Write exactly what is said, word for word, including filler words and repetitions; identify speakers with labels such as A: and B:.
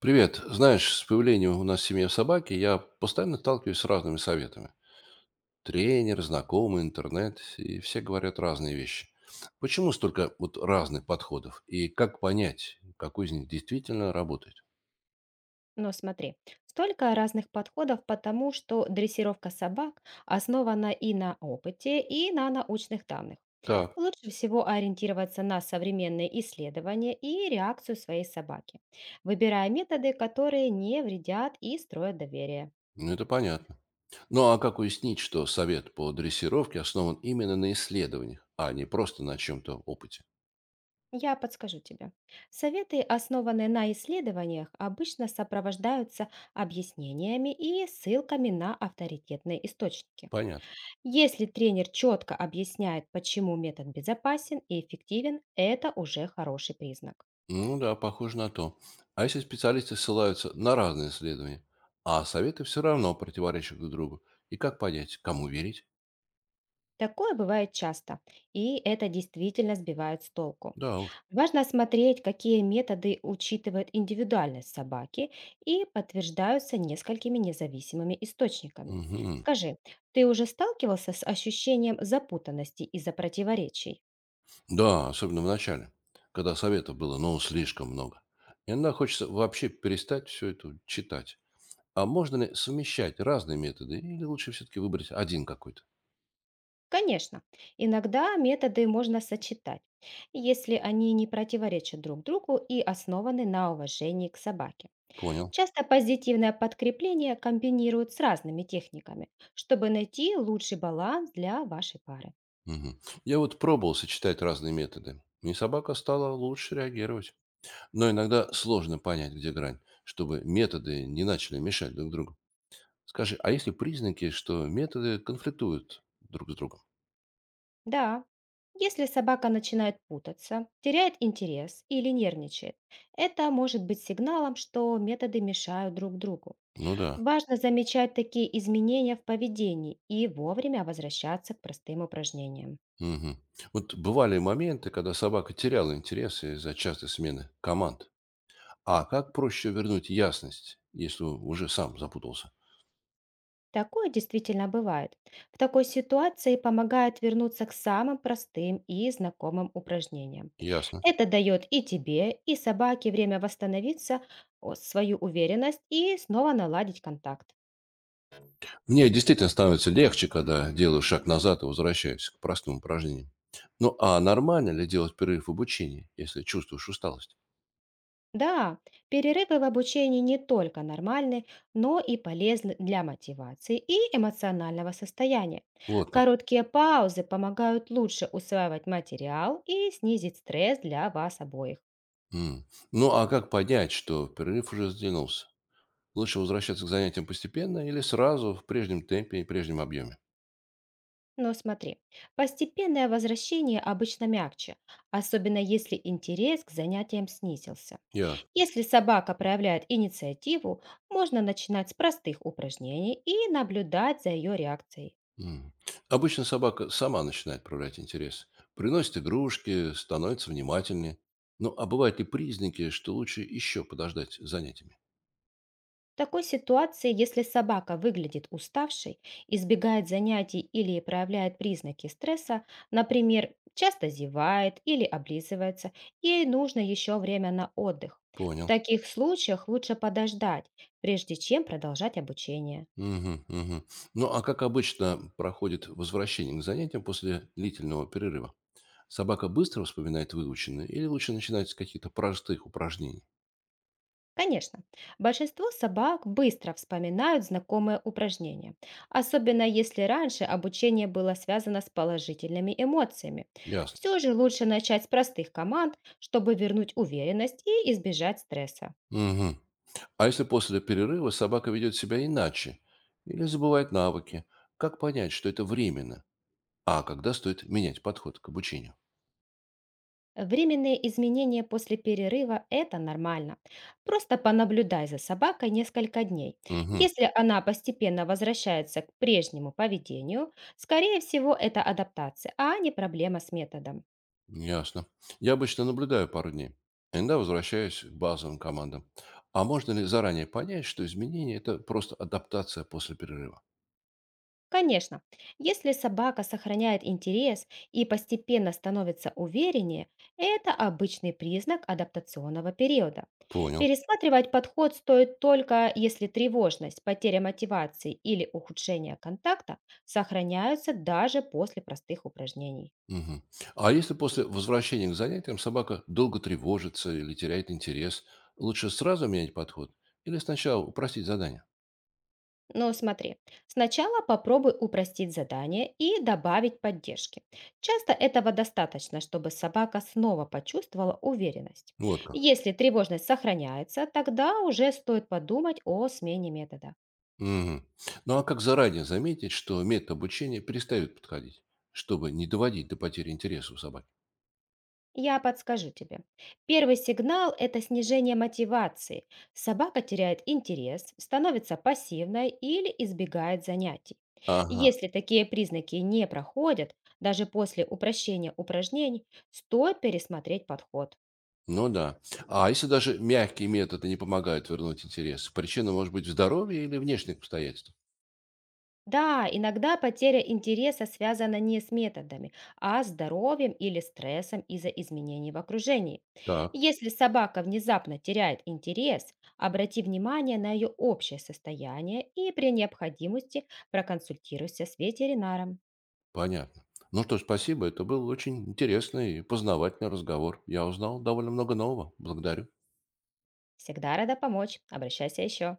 A: Привет. Знаешь, с появлением у нас в семье собаки я постоянно сталкиваюсь с разными советами. Тренер, знакомый, интернет, и все говорят разные вещи. Почему столько вот разных подходов? И как понять, какой из них действительно работает?
B: Но смотри, столько разных подходов, потому что дрессировка собак основана и на опыте, и на научных данных.
A: Так,
B: Лучше всего ориентироваться на современные исследования и реакцию своей собаки, выбирая методы, которые не вредят и строят доверие.
A: ну это понятно. Ну а как уяснить, что совет по дрессировке основан именно на исследованиях, а не просто на чем-то опыте?
B: Я подскажу тебе. Советы, основанные на исследованиях, обычно сопровождаются объяснениями и ссылками на авторитетные источники.
A: Понятно.
B: Если тренер четко объясняет, почему метод безопасен и эффективен, это уже хороший признак.
A: Ну да, похоже на то. А если специалисты ссылаются на разные исследования, а советы все равно противоречат друг другу, и как понять, кому верить?
B: Такое бывает часто, и это действительно сбивает с толку.
A: Да уж.
B: Важно смотреть, какие методы учитывают индивидуальность собаки и подтверждаются несколькими независимыми источниками.
A: Мгм.
B: Скажи, ты уже сталкивался с ощущением запутанности из-за противоречий?
A: Да, особенно в начале, когда советов было, ну, слишком много. Иногда хочется вообще перестать все это читать. А можно ли совмещать разные методы, или лучше все-таки выбрать один какой-то?
B: Конечно, иногда методы можно сочетать, если они не противоречат друг другу и основаны на уважении к собаке.
A: Понял.
B: Часто позитивное подкрепление комбинируют с разными техниками, чтобы найти лучший баланс для вашей пары.
A: Мгм. Я вот пробовал сочетать разные методы, и собака стала лучше реагировать. Но иногда сложно понять, где грань, чтобы методы не начали мешать друг другу. Скажи, а есть ли признаки, что методы конфликтуют друг с другом?
B: Да, если собака начинает путаться, теряет интерес или нервничает, это может быть сигналом, что методы мешают друг другу.
A: Ну да.
B: Важно замечать такие изменения в поведении и вовремя возвращаться к простым упражнениям.
A: Мгм. Вот бывали моменты, когда собака теряла интерес из-за частой смены команд. А как проще вернуть ясность, если уже сам запутался?
B: Такое действительно бывает. В такой ситуации помогает вернуться к самым простым и знакомым упражнениям.
A: Ясно.
B: Это дает и тебе, и собаке время восстановиться, о, свою уверенность и снова наладить контакт.
A: Мне действительно становится легче, когда делаю шаг назад и возвращаюсь к простым упражнениям. Ну а нормально ли делать перерыв в обучении, если чувствуешь усталость?
B: Да, перерывы в обучении не только нормальны, но и полезны для мотивации и эмоционального состояния.
A: Вот как.
B: Короткие паузы помогают лучше усваивать материал и снизить стресс для вас обоих.
A: М. Ну, а как понять, что перерыв уже сдвинулся? Лучше возвращаться к занятиям постепенно или сразу в прежнем темпе и прежнем объеме?
B: Но смотри, постепенное возвращение обычно мягче, особенно если интерес к занятиям снизился.
A: Ясно.
B: Если собака проявляет инициативу, можно начинать с простых упражнений и наблюдать за ее реакцией.
A: М. Обычно собака сама начинает проявлять интерес. Приносит игрушки, становится внимательнее. Ну, а бывают ли признаки, что лучше еще подождать с занятиями?
B: В такой ситуации, если собака выглядит уставшей, избегает занятий или проявляет признаки стресса, например, часто зевает или облизывается, ей нужно еще время на отдых. В
A: Понял.
B: таких случаях лучше подождать, прежде чем продолжать обучение.
A: Мгм, мгм. Ну, а как обычно проходит возвращение к занятиям после длительного перерыва? Собака быстро вспоминает выученное или лучше начинать с каких-то простых упражнений?
B: Конечно, большинство собак быстро вспоминают знакомые упражнения, особенно если раньше обучение было связано с положительными эмоциями.
A: Ясно.
B: Все же лучше начать с простых команд, чтобы вернуть уверенность и избежать стресса.
A: Мгм. А если после перерыва собака ведет себя иначе или забывает навыки, как понять, что это временно, а когда стоит менять подход к обучению?
B: Временные изменения после перерыва– это нормально. Просто понаблюдай за собакой несколько дней.
A: Угу,
B: Если она постепенно возвращается к прежнему поведению, скорее всего, это адаптация, а не проблема с методом.
A: ясно. Я обычно наблюдаю пару дней. Иногда возвращаюсь к базовым командам. А можно ли заранее понять, что изменение– это просто адаптация после перерыва?
B: Конечно, если собака сохраняет интерес и постепенно становится увереннее, это обычный признак адаптационного периода.
A: Понял.
B: Пересматривать подход стоит только, если тревожность, потеря мотивации или ухудшение контакта сохраняются даже после простых упражнений.
A: Мгм. А если после возвращения к занятиям собака долго тревожится или теряет интерес, лучше сразу менять подход или сначала упростить задание?
B: Ну, смотри, сначала попробуй упростить задание и добавить поддержки. Часто этого достаточно, чтобы собака снова почувствовала уверенность.
A: Вот как.
B: Если тревожность сохраняется, тогда уже стоит подумать о смене метода.
A: Мгм. Ну а как заранее заметить, что метод обучения перестает подходить, чтобы не доводить до потери интереса у собаки?
B: Я подскажу тебе. Первый сигнал– это снижение мотивации. Собака теряет интерес, становится пассивной или избегает занятий.
A: Ага,
B: Если такие признаки не проходят, даже после упрощения упражнений, стоит пересмотреть подход.
A: ну да. А если даже мягкие методы не помогают вернуть интерес, причина может быть в здоровье или внешних обстоятельствах?
B: Да, иногда потеря интереса связана не с методами, а с здоровьем или стрессом из-за изменений в окружении.
A: Так,
B: Если собака внезапно теряет интерес, обрати внимание на ее общее состояние и при необходимости проконсультируйся с ветеринаром.
A: понятно. Ну что ж, спасибо. Это был очень интересный и познавательный разговор. Я узнал довольно много нового. Благодарю.
B: Всегда рада помочь. Обращайся еще.